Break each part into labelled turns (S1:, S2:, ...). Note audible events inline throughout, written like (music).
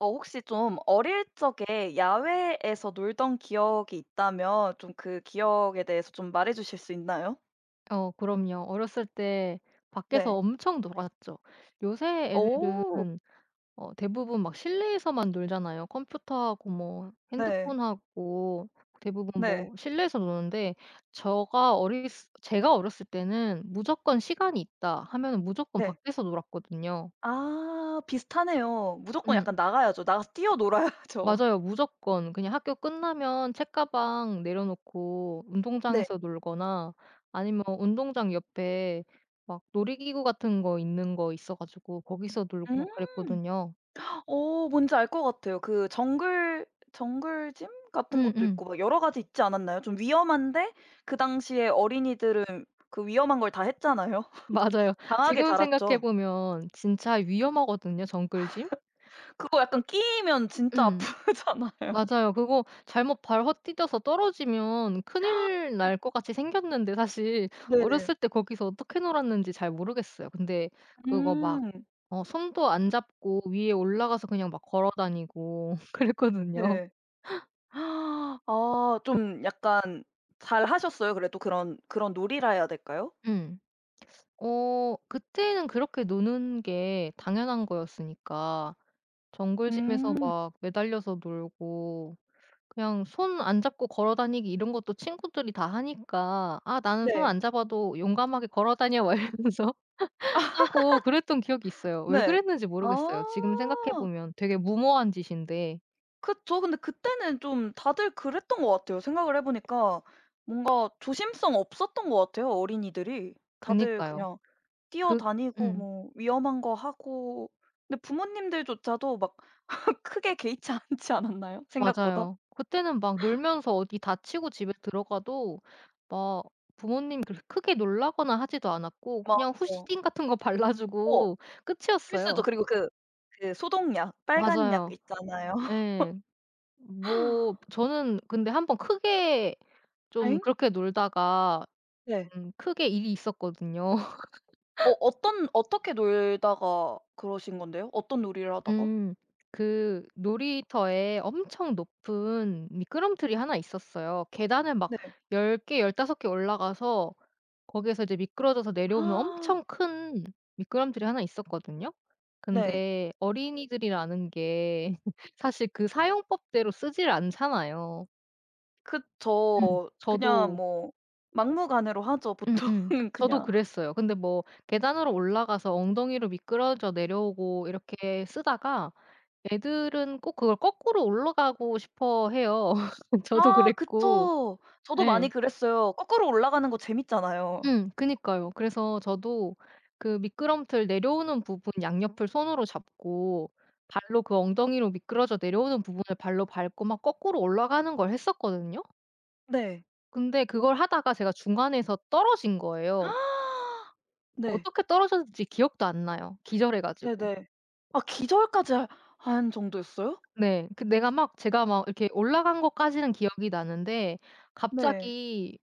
S1: 혹시 좀 어릴 적에 야외에서 놀던 기억이 있다면 좀 그 기억에 대해서 좀 말해 주실 수 있나요?
S2: 어 그럼요. 어렸을 때 밖에서
S1: 네.
S2: 엄청 놀았죠. 요새 애들은
S1: 오.
S2: 대부분 막 실내에서만 놀잖아요. 컴퓨터하고 뭐
S1: 네.
S2: 핸드폰하고 대부분
S1: 네.
S2: 뭐 실내에서 노는데 저가 어리 제가 어렸을 때는 무조건 시간이 있다 하면 무조건
S1: 네.
S2: 밖에서 놀았거든요.
S1: 아 비슷하네요. 무조건 약간
S2: 음.
S1: 나가야죠. 나가서 뛰어 놀아야죠.
S2: 맞아요. 무조건 그냥 학교 끝나면 책가방 내려놓고
S1: 네.
S2: 운동장에서 놀거나 아니면 운동장 옆에 막 놀이기구 같은 거 있는 거 있어 가지고 거기서 놀고 막
S1: 음.
S2: 그랬거든요.
S1: 뭔지 알 것 같아요. 정글 짐 같은 것도
S2: 음음.
S1: 있고 막 여러 가지 있지 않았나요? 좀 위험한데 그 당시에 어린이들은 그 위험한 걸 다 했잖아요.
S2: (laughs) 맞아요.
S1: (laughs) 강하게
S2: 지금 생각해
S1: 자랐죠.
S2: 보면 진짜 위험하거든요 정글짐.
S1: 그거 약간 끼면 진짜
S2: 음.
S1: 아프잖아요.
S2: 맞아요. 그거 잘못 발 헛디뎌서 떨어지면 큰일 날 것 같이 생겼는데 사실
S1: 네.
S2: 어렸을 때 거기서 어떻게 놀았는지 잘 모르겠어요. 근데 그거 막
S1: 음.
S2: 손도 안 잡고 위에 올라가서 그냥 막 걸어 다니고 (laughs) 그랬거든요.
S1: 네. 아 좀 약간 잘하셨어요. 그래도 그런 그런 놀이라 해야 될까요?
S2: 음. 그때는 그렇게 노는 게 당연한 거였으니까 정글짐에서
S1: 음.
S2: 막 매달려서 놀고 그냥 손 안 잡고 걸어 다니기 이런 것도 친구들이 다 하니까 '아 나는 손
S1: 네.
S2: 안 잡아도 용감하게 걸어 다녀.' 막 이러면서 (laughs) 하고 그랬던 기억이 있어요. 왜
S1: 네.
S2: 그랬는지
S1: 아.
S2: 모르겠어요. 지금 생각해 보면 되게 무모한 짓인데
S1: 그쵸. 근데 그때는 좀 다들 그랬던 것 같아요. 생각을 해 보니까 뭔가 조심성 없었던 것 같아요, 어린이들이. 다들
S2: 그니까요.
S1: 그냥
S2: 그
S1: 뛰어다니고
S2: 음
S1: 뭐 위험한 거 하고, 근데 부모님들조차도 막 크게 개의치 않지 않았나요? 생각보다?
S2: 맞아요. 그때는 막 놀면서 어디 다치고 집에 들어가도 막 부모님이 그렇게 크게 놀라거나 하지도 않았고 그냥
S1: 맞아요.
S2: 후시딘 같은 거 (laughs) 발라
S1: 어,
S2: 주고
S1: 필수죠.
S2: 끝이었어요.
S1: 그리고 소독약, 빨간 약
S2: 맞아요.
S1: 있잖아요.
S2: 예. 뭐 저는 근데 한 번 크게 좀
S1: 엥?
S2: 그렇게 놀다가
S1: 네.
S2: 좀 크게 일이 있었거든요. (laughs)
S1: 어 어떤 어떻게 놀다가 그러신 건데요? 어떤 놀이를 하다가?
S2: 음. 그 놀이터에 엄청 높은 미끄럼틀이 하나 있었어요. 계단을 막
S1: 네.
S2: 10개, 15개 올라가서 거기에서 이제 미끄러져서
S1: (gasps)
S2: 내려오는
S1: 아.
S2: 엄청 큰 미끄럼틀이 하나 있었거든요.
S1: 네.
S2: 근데 어린이들이라는 게 (laughs) 사실 그 사용법대로 쓰질 않잖아요.
S1: 그
S2: 음.
S1: 저 그냥
S2: 저도
S1: 뭐 막무가내로 하죠. 보통은
S2: 음음.
S1: (laughs)
S2: 저도
S1: 그냥.
S2: 그랬어요. 근데 뭐 계단으로 올라가서 엉덩이로 미끄러져 내려오고 이렇게 쓰다가 애들은 꼭 그걸 거꾸로 올라가고 싶어 해요. (laughs) 저도
S1: 아
S2: 그랬고.
S1: 그쵸. 저도
S2: 예.
S1: 많이 그랬어요. 거꾸로 올라가는 거 재밌잖아요.
S2: 그니까요. 그래서 저도 그 미끄럼틀 내려오는 부분 양옆을 손으로 잡고 발로 그 엉덩이로 미끄러져 내려오는 부분을 발로 밟고 막 거꾸로 올라가는 걸 했었거든요.
S1: 네.
S2: 근데 그걸 하다가 제가 중간에서 떨어진 거예요.
S1: 네.
S2: 어떻게 떨어졌는지 기억도 안 나요, 기절해 가지고.
S1: 네네. 아 기절까지 하 한 정도였어요?
S2: 네. 그 내가 막 제가 막 이렇게 올라간 것까지는 기억이 나는데
S1: 네.
S2: 갑자기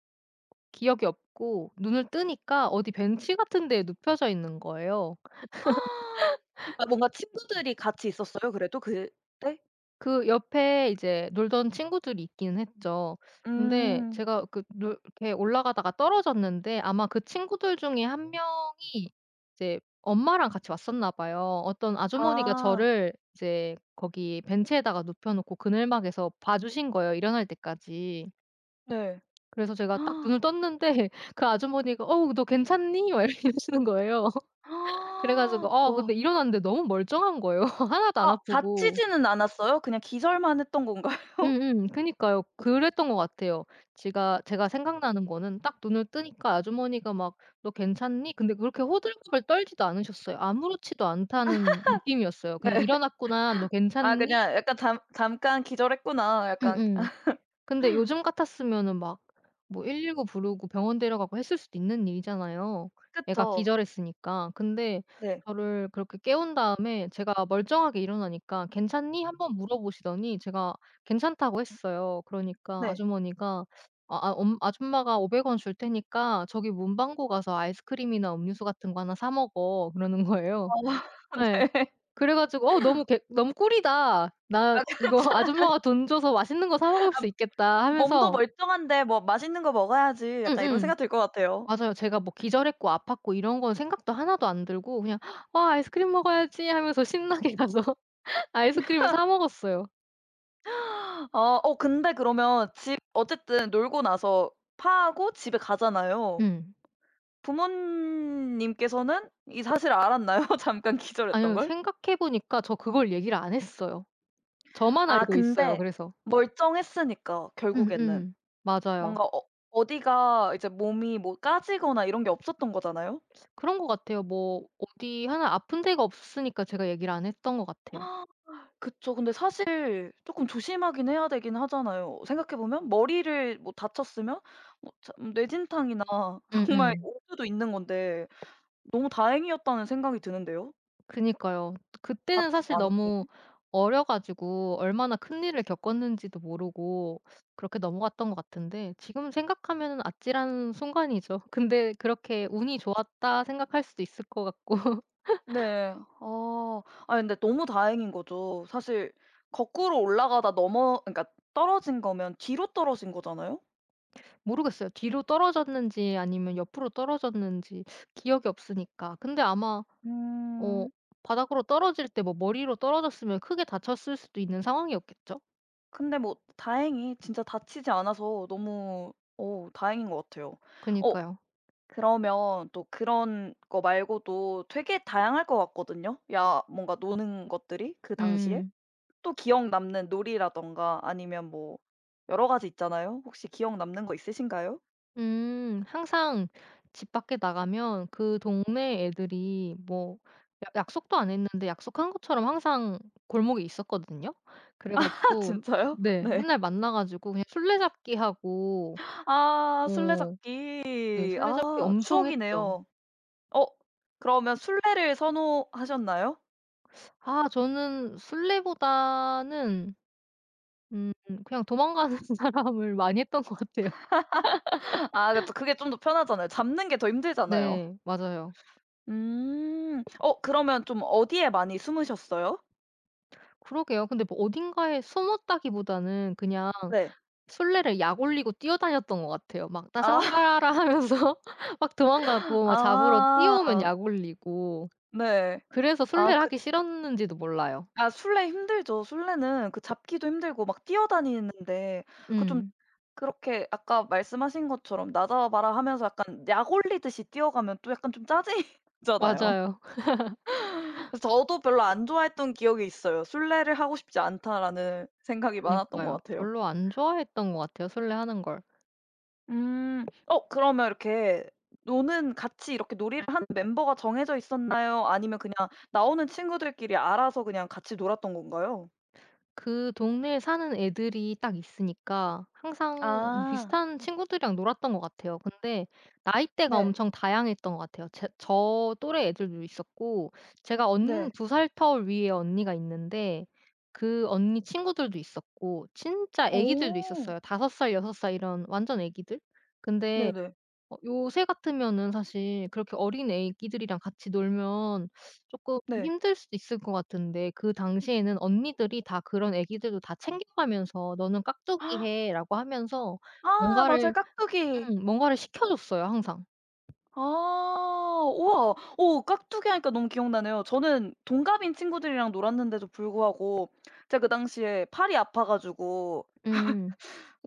S2: 기억이 없고 눈을 뜨니까 어디 벤치 같은 데에 눕혀져 있는 거예요.
S1: (gasps) 아 뭔가 친구들이 같이 있었어요 그래도 그때?
S2: 그 옆에 이제 놀던 친구들이 있기는 했죠. 근데
S1: 음.
S2: 제가 그 놀 이렇게 올라가다가 떨어졌는데 아마 그 친구들 중에 한 명이 이제 엄마랑 같이 왔었나 봐요. 어떤 아주머니가
S1: 아
S2: 저를 이제 거기 벤치에다가 눕혀 놓고 그늘막에서 봐 주신 거예요, 일어날 때까지.
S1: 네.
S2: 그래서 제가 딱
S1: (gasps)
S2: 눈을 떴는데 (laughs) 그 아주머니가 "어우 너 괜찮니?" 막 (laughs) 이러시는 거예요. 그래
S1: 아..
S2: 가지고 아 근데
S1: 와.
S2: 일어났는데 너무 멀쩡한 거예요, (laughs) 하나도 안
S1: 아
S2: 아프고.
S1: 다치지는 않았어요? 그냥 기절만 했던 건가요?
S2: 음음. 그니까요. 그랬던 것 같아요. 제가 생각나는 거는 딱 눈을 뜨니까 아주머니가 막 "너 괜찮니?" 근데 그렇게 호들갑을 떨지도 않으셨어요. 아무렇지도 않다는 느낌이었어요.
S1: (laughs)
S2: 그냥
S1: 네.
S2: "일어났구나. 너
S1: 아
S2: 괜찮니?"
S1: 그냥 약간 잠 '잠깐 기절했구나.' 약간
S2: 음음. 근데 요즘 같았으면은 막 뭐 119 부르고 병원 데려가고 했을 수도 있는 일이잖아요.
S1: 그쵸.
S2: 애가 기절했으니까. 근데
S1: 네.
S2: 저를 그렇게 깨운 다음에 제가 멀쩡하게 일어나니까 "괜찮니?" 한번 물어보시더니 제가 괜찮다고 했어요. 그러니까
S1: 네.
S2: 아주머니가 "아 아 엄 아줌마가 500원 줄 테니까 저기 문방구 가서 아이스크림이나 음료수 같은 거 하나 사 먹어." 그러는 거예요.
S1: 어 (laughs)
S2: 예.
S1: 네.
S2: 그래 가지고 '어 너무 꿀이다. 나
S1: 아
S2: 이거
S1: 그렇죠.
S2: (laughs) 아줌마가 돈 줘서 맛있는 거 사 먹을 수
S1: 아
S2: 있겠다.'
S1: 몸도
S2: 하면서
S1: 멀쩡한데 뭐 '맛있는 거 먹어야지.' 약간 이런
S2: 음음.
S1: 생각 들 것 같아요.
S2: 맞아요. 제가 뭐 기절했고 아팠고 이런 건 생각도 하나도 안 들고 그냥 '와 아이스크림 먹어야지.' 하면서 (laughs) 신나게 가서 아이스크림을 사 먹었어요.
S1: 아 근데 그러면 집 어쨌든 놀고 나서 파하고 집에 가잖아요.
S2: 음.
S1: 부모님께서는 이 사실을 알았나요? (laughs) 잠깐 기절했던
S2: 아니요.
S1: 걸?
S2: 생각해 보니까 저 그걸 얘기를 안 했어요. 저만
S1: 아
S2: 알고 있어요
S1: 근데
S2: 그래서.
S1: 멀쩡했으니까 결국에는.
S2: 음음. 맞아요.
S1: 뭔가 어 어디가 이제 몸이 뭐 까지거나 이런 게 없었던 거잖아요.
S2: 그런 것 같아요. 뭐 어디 하나 아픈 데가 없으니까 제가 얘기를 안 했던 것 같아요.
S1: (gasps) 그쵸. 근데 사실 조금 조심하긴 해야 되긴 하잖아요. 생각해 보면 머리를 뭐 다쳤으면 뭐 뇌진탕이나 (laughs) 정말
S2: 음음.
S1: 오류도 있는 건데 너무 다행이었다는 생각이 드는데요.
S2: 그니까요. 그때는
S1: 다치지
S2: 사실
S1: 않았던
S2: 너무
S1: 게.
S2: 어려 가지고 얼마나 큰일을 겪었는지도 모르고 그렇게 넘어갔던 것 같은데 지금 생각하면 아찔한 순간이죠. (laughs) 근데 그렇게 '운이 좋았다.' 생각할 수도 있을 것 같고 (laughs)
S1: 네. 아. 아 근데 너무 다행인 거죠. 사실 거꾸로 올라가다 넘어 그러니까 떨어진 거면 뒤로 떨어진 거잖아요.
S2: 모르겠어요. 뒤로 떨어졌는지 아니면 옆으로 떨어졌는지 기억이 없으니까. 근데 아마 어
S1: 음.
S2: 바닥으로 떨어질 때 뭐 머리로 떨어졌으면 크게 다쳤을 수도 있는 상황이었겠죠?
S1: 근데 뭐 다행히 진짜 다치지 않아서 너무 어 다행인 것 같아요. 어
S2: 그니까요.
S1: 그러면 또 그런 거 말고도 되게 다양할 것 같거든요. 야 뭔가 노는 것들이 그 당시에.
S2: 음.
S1: 또 기억 남는 놀이라든가 아니면 뭐 여러 가지 있잖아요. 혹시 기억 남는 거 있으신가요?
S2: 음. 항상 집 밖에 나가면 그 동네 애들이 뭐 야 약속도 안 했는데 약속한 것처럼 항상 골목에 있었거든요. 그래
S1: (laughs) 아
S2: 가지고
S1: 진짜요?
S2: 네.
S1: 네.
S2: 맨날 만나 가지고 그냥 술래잡기 하고
S1: 아
S2: 어 네.
S1: 술래잡기.
S2: 술래잡기
S1: 아
S2: 엄청 했죠.
S1: 추억이네요. 어 그러면 술래를 선호하셨나요?
S2: 아 저는 술래보다는 음 그냥 도망가는 (laughs) 사람을 많이 했던 것 같아요.
S1: 아 그쵸. 그게 좀 더 편하잖아요. 잡는 게 더 힘들잖아요.
S2: 네. 맞아요.
S1: 음. 어 그러면 좀 어디에 많이 숨으셨어요?
S2: 그러게요. 근데 뭐 어딘가에 숨었다기보다는 그냥
S1: 네.
S2: 술래를 약 올리고 뛰어다녔던 것 같아요. 막 따사바
S1: 아.
S2: 바라라 하면서 (laughs) 막
S1: (laughs)
S2: 도망가고 막 잡으러 뛰어오면
S1: 아.
S2: 약 올리고
S1: 네.
S2: 그래서
S1: 아
S2: 술래를
S1: 그
S2: 하기 싫었는지도 몰라요.
S1: 술래 힘들죠. 술래는 그 잡기도 힘들고 막 뛰어다니는데, 그좀
S2: 음.
S1: 그렇게 아까 말씀하신 것처럼 "낮아봐라." 하면서 약간 약 올리듯이 뛰어가면 또 약간 좀 짜증나잖아요.
S2: 맞아요.
S1: 그래서 저도 별로 안 좋아했던 기억이 있어요. '술래를 하고 싶지 않다.'라는 생각이 많았던 것
S2: 그니까요.
S1: 같아요.
S2: 별로 안 좋아했던 것 같아요, 술래 하는 걸.
S1: 음. 어 그러면 이렇게 노는 같이 이렇게 놀이를 하는 멤버가 정해져 있었나요? 아니면 그냥 나오는 친구들끼리 알아서 그냥 같이 놀았던 건가요?
S2: 그 동네에 사는 애들이 딱 있으니까 항상 뭐
S1: 아.
S2: 비슷한 친구들이랑 놀았던 것 같아요. 근데 나이대가
S1: 네.
S2: 엄청 다양했던 것 같아요. 제 또래 애들도 있었고 제가 언
S1: 네.
S2: 2살 터울 위에 언니가 있는데 그 언니 친구들도 있었고 진짜 애기들도
S1: 어.
S2: 있었어요. 5살, 6살 이런 완전 애기들. 근데
S1: 네네.
S2: 요새 같으면은 사실 그렇게 어린 애기들이랑 같이 놀면 조금
S1: 네.
S2: 힘들 수도 있을 것 같은데 그 당시에는 언니들이 다 그런 애기들도 다 챙겨가면서 "너는 깍두기 해."라고 하면서
S1: 아 맞아요.
S2: 뭔가를
S1: 깍두기.
S2: 뭔가를 시켜 줬어요 항상.
S1: 아. 우와. 오 깍두기 하니까 너무 기억나네요. 저는 동갑인 친구들이랑 놀았는데도 불구하고 제가 그 당시에 팔이 아파 가지고
S2: 음.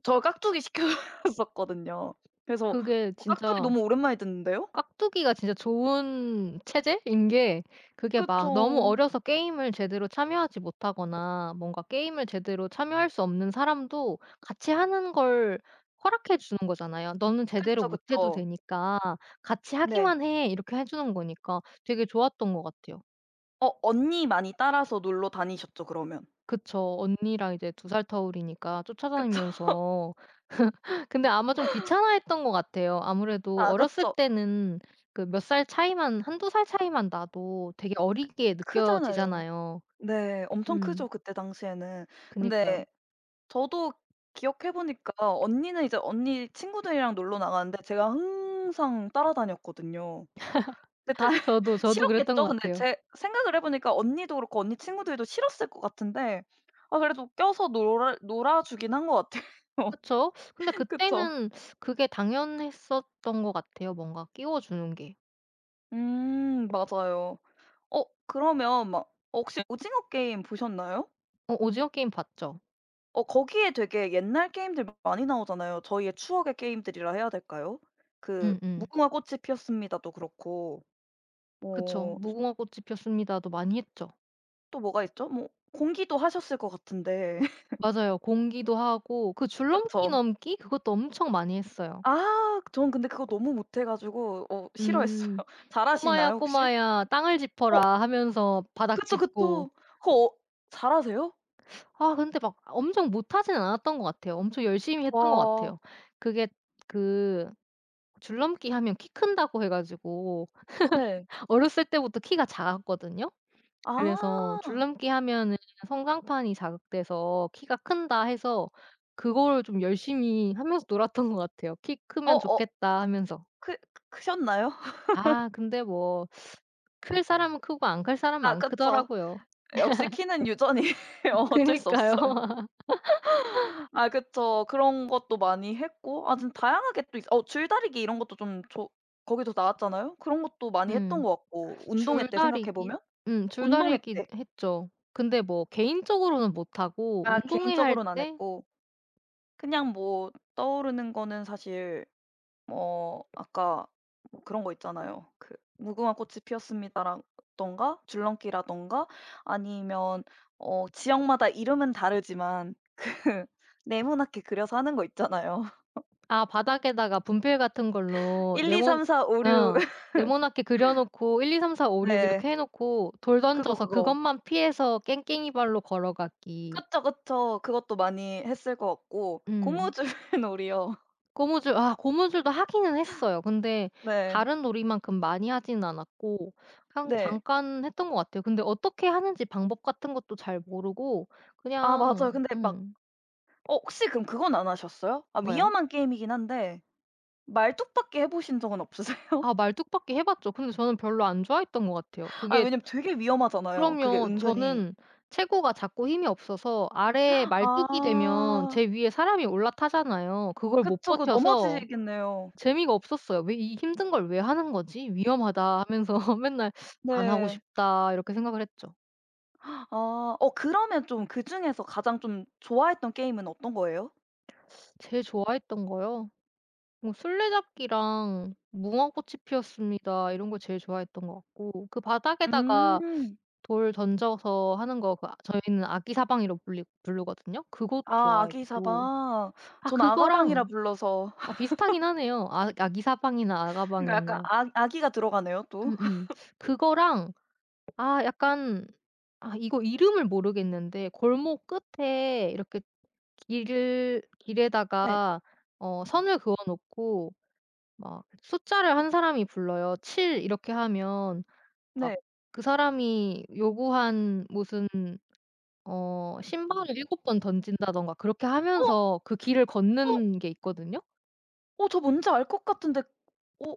S1: 저 깍두기 시켰었거든요. 그래서
S2: 그게
S1: 어 깍두기
S2: 진짜
S1: 너무 오랜만에 듣는데요?
S2: 깍두기가 진짜 좋은 체제인 게 그게 막 너무
S1: 그쵸.
S2: 어려서 게임을 제대로 참여하지 못하거나 뭔가 게임을 제대로 참여할 수 없는 사람도 같이 하는 걸 허락해 주는 거잖아요. "너는 제대로
S1: 그쵸,
S2: 못 해도
S1: 그쵸.
S2: 되니까 같이
S1: 네.
S2: 하기만 해." 이렇게 해 주는 거니까 되게 좋았던 것 같아요.
S1: 어 언니 많이 따라서 놀러 다니셨죠 그러면?
S2: 그쵸. 언니랑 이제 2살 터울이니까
S1: 그쵸.
S2: 쫓아다니면서 근데 아마 좀 귀찮아했던 것 같아요. 아무래도
S1: 아
S2: 어렸을
S1: 그쵸.
S2: 때는 그 몇 살 차이만 한두 살 차이만 나도 되게 어리게
S1: 크잖아요.
S2: 느껴지잖아요.
S1: 네. 엄청
S2: 음.
S1: 크죠 그때 당시에는.
S2: 그니까요.
S1: 근데 저도 기억해 보니까 언니는 이제 언니 친구들이랑 놀러 나가는데 제가 항상 따라다녔거든요. 근데 다
S2: 저도,
S1: (laughs)
S2: 저도 그랬던 것
S1: 싫었겠죠? 근데
S2: 같아요.
S1: 제 생각을 해 보니까 언니도 그렇고 언니 친구들도 싫었을 것 같은데 아 그래도 껴서 놀아 주긴 한 것 같아요. (laughs)
S2: 그쵸. 근데
S1: 그쵸.
S2: 그때는 그게 당연했었던 것 같아요, 뭔가 끼워 주는 게.
S1: 맞아요. 어 그러면 막 어 혹시 오징어 게임 보셨나요?
S2: 어 오징어 게임 봤죠?
S1: 어 거기에 되게 옛날 게임들 많이 나오잖아요. 저희의 추억의 게임들이라 해야 될까요? 그
S2: 음음.
S1: 무궁화 꽃이 피었습니다도 그렇고
S2: 그쵸.
S1: 어
S2: 무궁화 꽃이 피었습니다도 많이 했죠.
S1: 또 뭐가 있죠? 뭐 공기도 하셨을 것 같은데. (laughs)
S2: 맞아요. 공기도 하고 그 줄넘기
S1: 그쵸.
S2: 넘기 그것도 엄청 많이 했어요.
S1: 아 전 근데 그거 너무 못해 가지고 어 싫어했어요.
S2: 음.
S1: (laughs)
S2: 꼬마야
S1: 잘하시나요 혹시?
S2: 꼬마야 땅을
S1: 어
S2: 짚어라 하면서 바닥
S1: 그쵸,
S2: 짚고
S1: 그쵸. 그거 어 잘하세요?
S2: 아 근데 막 엄청 못하지는 않았던 것 같아요. 엄청 열심히 했던 것
S1: 와.
S2: 같아요. 그게 그 줄넘기 하면 키 큰다고 해 가지고
S1: 네.
S2: 어렸을 때부터 키가 작았거든요. 그래서
S1: 아.
S2: 줄넘기 하면은 성장판이 자극돼서 키가 큰다 해서 그거를 좀 열심히 하면서 놀았던 것 같아요. '키 크면
S1: 어어
S2: 좋겠다.' 하면서.
S1: 크 크셨나요? (laughs)
S2: 아 근데 뭐 클 사람은 크고 안 클 사람은
S1: 아
S2: 안
S1: 그쵸.
S2: 크더라고요.
S1: 역시 키는 유전이에요. (laughs) 어쩔 수
S2: 그니까요.
S1: 없어요.
S2: (laughs)
S1: 아 그쵸. 그런 것도 많이 했고 아 좀 다양하게 또 있어 어 줄다리기 이런 것도 거기서 나왔잖아요. 그런 것도 많이 했던
S2: 음.
S1: 것 같고 운동회 때 생각해
S2: 줄다리기?
S1: 보면 운동회
S2: 줄다리기
S1: 때
S2: 했죠. 근데 뭐 개인적으로는 못 하고
S1: 아
S2: 운동회 할
S1: 개인적으로는 안
S2: 때
S1: 했고 그냥 뭐 떠오르는 거는 사실 뭐 아까 뭐 그런 거 있잖아요. 무궁화 꽃이 피었습니다라 던가 줄넘기라든가 아니면 어 지역마다 이름은 다르지만 (laughs) 그 네모나게 그려서 하는 거 있잖아요.
S2: 아 바닥에다가 분필 같은
S1: (laughs)
S2: 걸로
S1: 1, 2, 3, 4, 5, 6
S2: 어
S1: (laughs)
S2: 네모나게 그려 놓고 1, 2, 3, 4, 5, 6
S1: 네.
S2: 이렇게 해 놓고 돌 던져서
S1: 그거.
S2: 그것만 피해서 깽깽이 발로 걸어가기.
S1: 그쵸, 그쵸. 그것도 많이 했을 것 같고
S2: 음.
S1: 고무줄놀이요. (laughs)
S2: 고무줄도 하기는 했어요. 근데
S1: 네.
S2: 다른 놀이만큼 많이 하지는 않았고 그냥
S1: 네.
S2: 잠깐 했던 것 같아요. 근데 어떻게 하는지 방법 같은 것도 잘 모르고
S1: 아
S2: 그냥
S1: 맞아요. 근데 막
S2: 음
S1: 어 혹시 그럼 그건 안 하셨어요? 아
S2: 뭐요?
S1: 위험한 게임이긴 한데 말뚝밖에 해 보신 적은 없으세요?
S2: 아 말뚝박기 해 봤죠. 근데 저는 별로 안 좋아했던 것 같아요.
S1: (laughs) 아
S2: 그게
S1: 왜냐면 되게 위험하잖아요 그게
S2: 그럼요.
S1: 은근히.
S2: 저는 체구가 작고 힘이 없어서 아래 말뚝이 되면
S1: 아.
S2: 제 위에 사람이 올라타잖아요. 그걸 못
S1: 그쵸. 그거
S2: 버텨서
S1: 넘어지겠네요.
S2: 재미가 없었어요. '왜 이 힘든 걸 왜 하는 거지? 위험하다.' 하면서 (laughs) 맨날 '안 하고
S1: 네.
S2: 싶다.' 이렇게 생각을 했죠.
S1: 아. 어 그러면 좀 그중에서 가장 좀 좋아했던 게임은 어떤 거예요?
S2: 제일 좋아했던 거요? 뭐 술래잡기랑 무궁화꽃이 피었습니다 이런 걸 제일 좋아했던 것 같고 그 바닥에다가
S1: 음.
S2: 돌 던져서 하는 거 저희는 아기 사방이라고 불리 부르거든요. 그것도
S1: 아 아기
S2: 좋아했고
S1: 사방.
S2: 아
S1: 전 아가방이라
S2: 그거랑
S1: 불러서,
S2: 아 비슷하긴 하네요. 아 아기 사방이나
S1: 그러니까 약간
S2: 아가방이나
S1: 아 아기가 들어가네요 또. (laughs)
S2: 음음. 그거랑 아 약간 아 이거 이름을 모르겠는데 골목 끝에 이렇게 길을
S1: 네.
S2: 길에다가 선을 그어 놓고 막 숫자를 한 사람이 불러요. 7 이렇게 하면 막
S1: 네.
S2: 그 사람이 요구한 무슨 신발을 7번 던진다든가 그렇게
S1: 어
S2: 하면서 그 길을 걷는
S1: 어
S2: 게 있거든요.
S1: 저 뭔지 알 것 같은데 어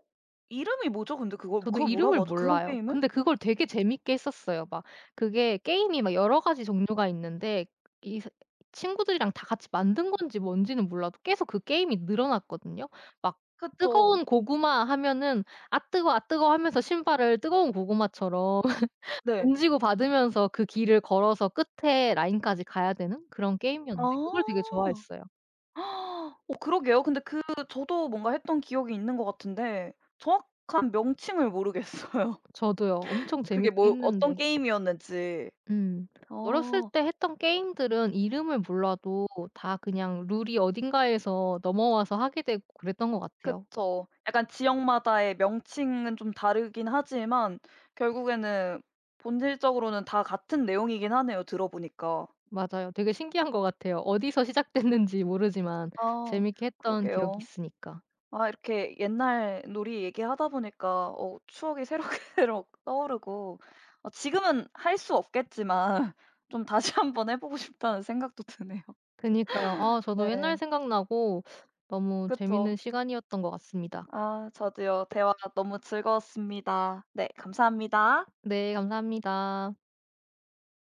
S1: 이름이 뭐죠 근데
S2: 저도
S1: 그걸
S2: 이름을
S1: 뭐라고 하죠? 그런
S2: 몰라요.
S1: 게임을?
S2: 근데 그걸 되게 재밌게 했었어요. 막 그게 게임이 막 여러 가지 종류가 있는데 이 사 친구들이랑 다 같이 만든 건지 뭔지는 몰라도 계속 그 게임이 늘어났거든요. 막
S1: 그쵸.
S2: 뜨거운 고구마 하면은 "아 뜨거, 아 뜨거." 하면서 신발을 뜨거운 고구마처럼 (laughs)
S1: 네.
S2: 던지고 받으면서 그 길을 걸어서 끝에 라인까지 가야 되는 그런
S1: 아.
S2: 게임이었는데 그걸 되게 좋아했어요.
S1: (gasps) 어 그러게요. 근데 그 저도 뭔가 했던 기억이 있는 것 같은데 정확한 명칭을 모르겠어요. (laughs)
S2: 저도요. 엄청
S1: 그게
S2: 재밌게
S1: 뭐 어떤
S2: 했는데.
S1: 게임이었는지.
S2: 음. 어렸을
S1: 아
S2: 때 했던 게임들은 이름을 몰라도 다 그냥 룰이 어딘가에서 넘어와서 하게 되고 그랬던 것 같아요.
S1: 그쵸. 약간 지역마다의 명칭은 좀 다르긴 하지만 결국에는 본질적으로는 다 같은 내용이긴 하네요, 들어보니까.
S2: 맞아요. 되게 신기한 것 같아요. 어디서 시작됐는지 모르지만
S1: 아
S2: 재밌게 했던 기억이
S1: 그러게요.
S2: 있으니까.
S1: 아 이렇게 옛날 놀이 얘기하다 보니까 어 추억이 새록새록 (laughs) 떠오르고 어 지금은 할 수 없겠지만 (laughs) 좀 다시 한번 해 보고 싶다는 생각도 드네요.
S2: 그니까요. 아 저도 옛날
S1: 네.
S2: 생각나고 너무
S1: 그쵸.
S2: 재밌는 시간이었던 것 같습니다.
S1: 아 저도요. 대화 너무 즐거웠습니다. 네 감사합니다.
S2: 네, 감사합니다.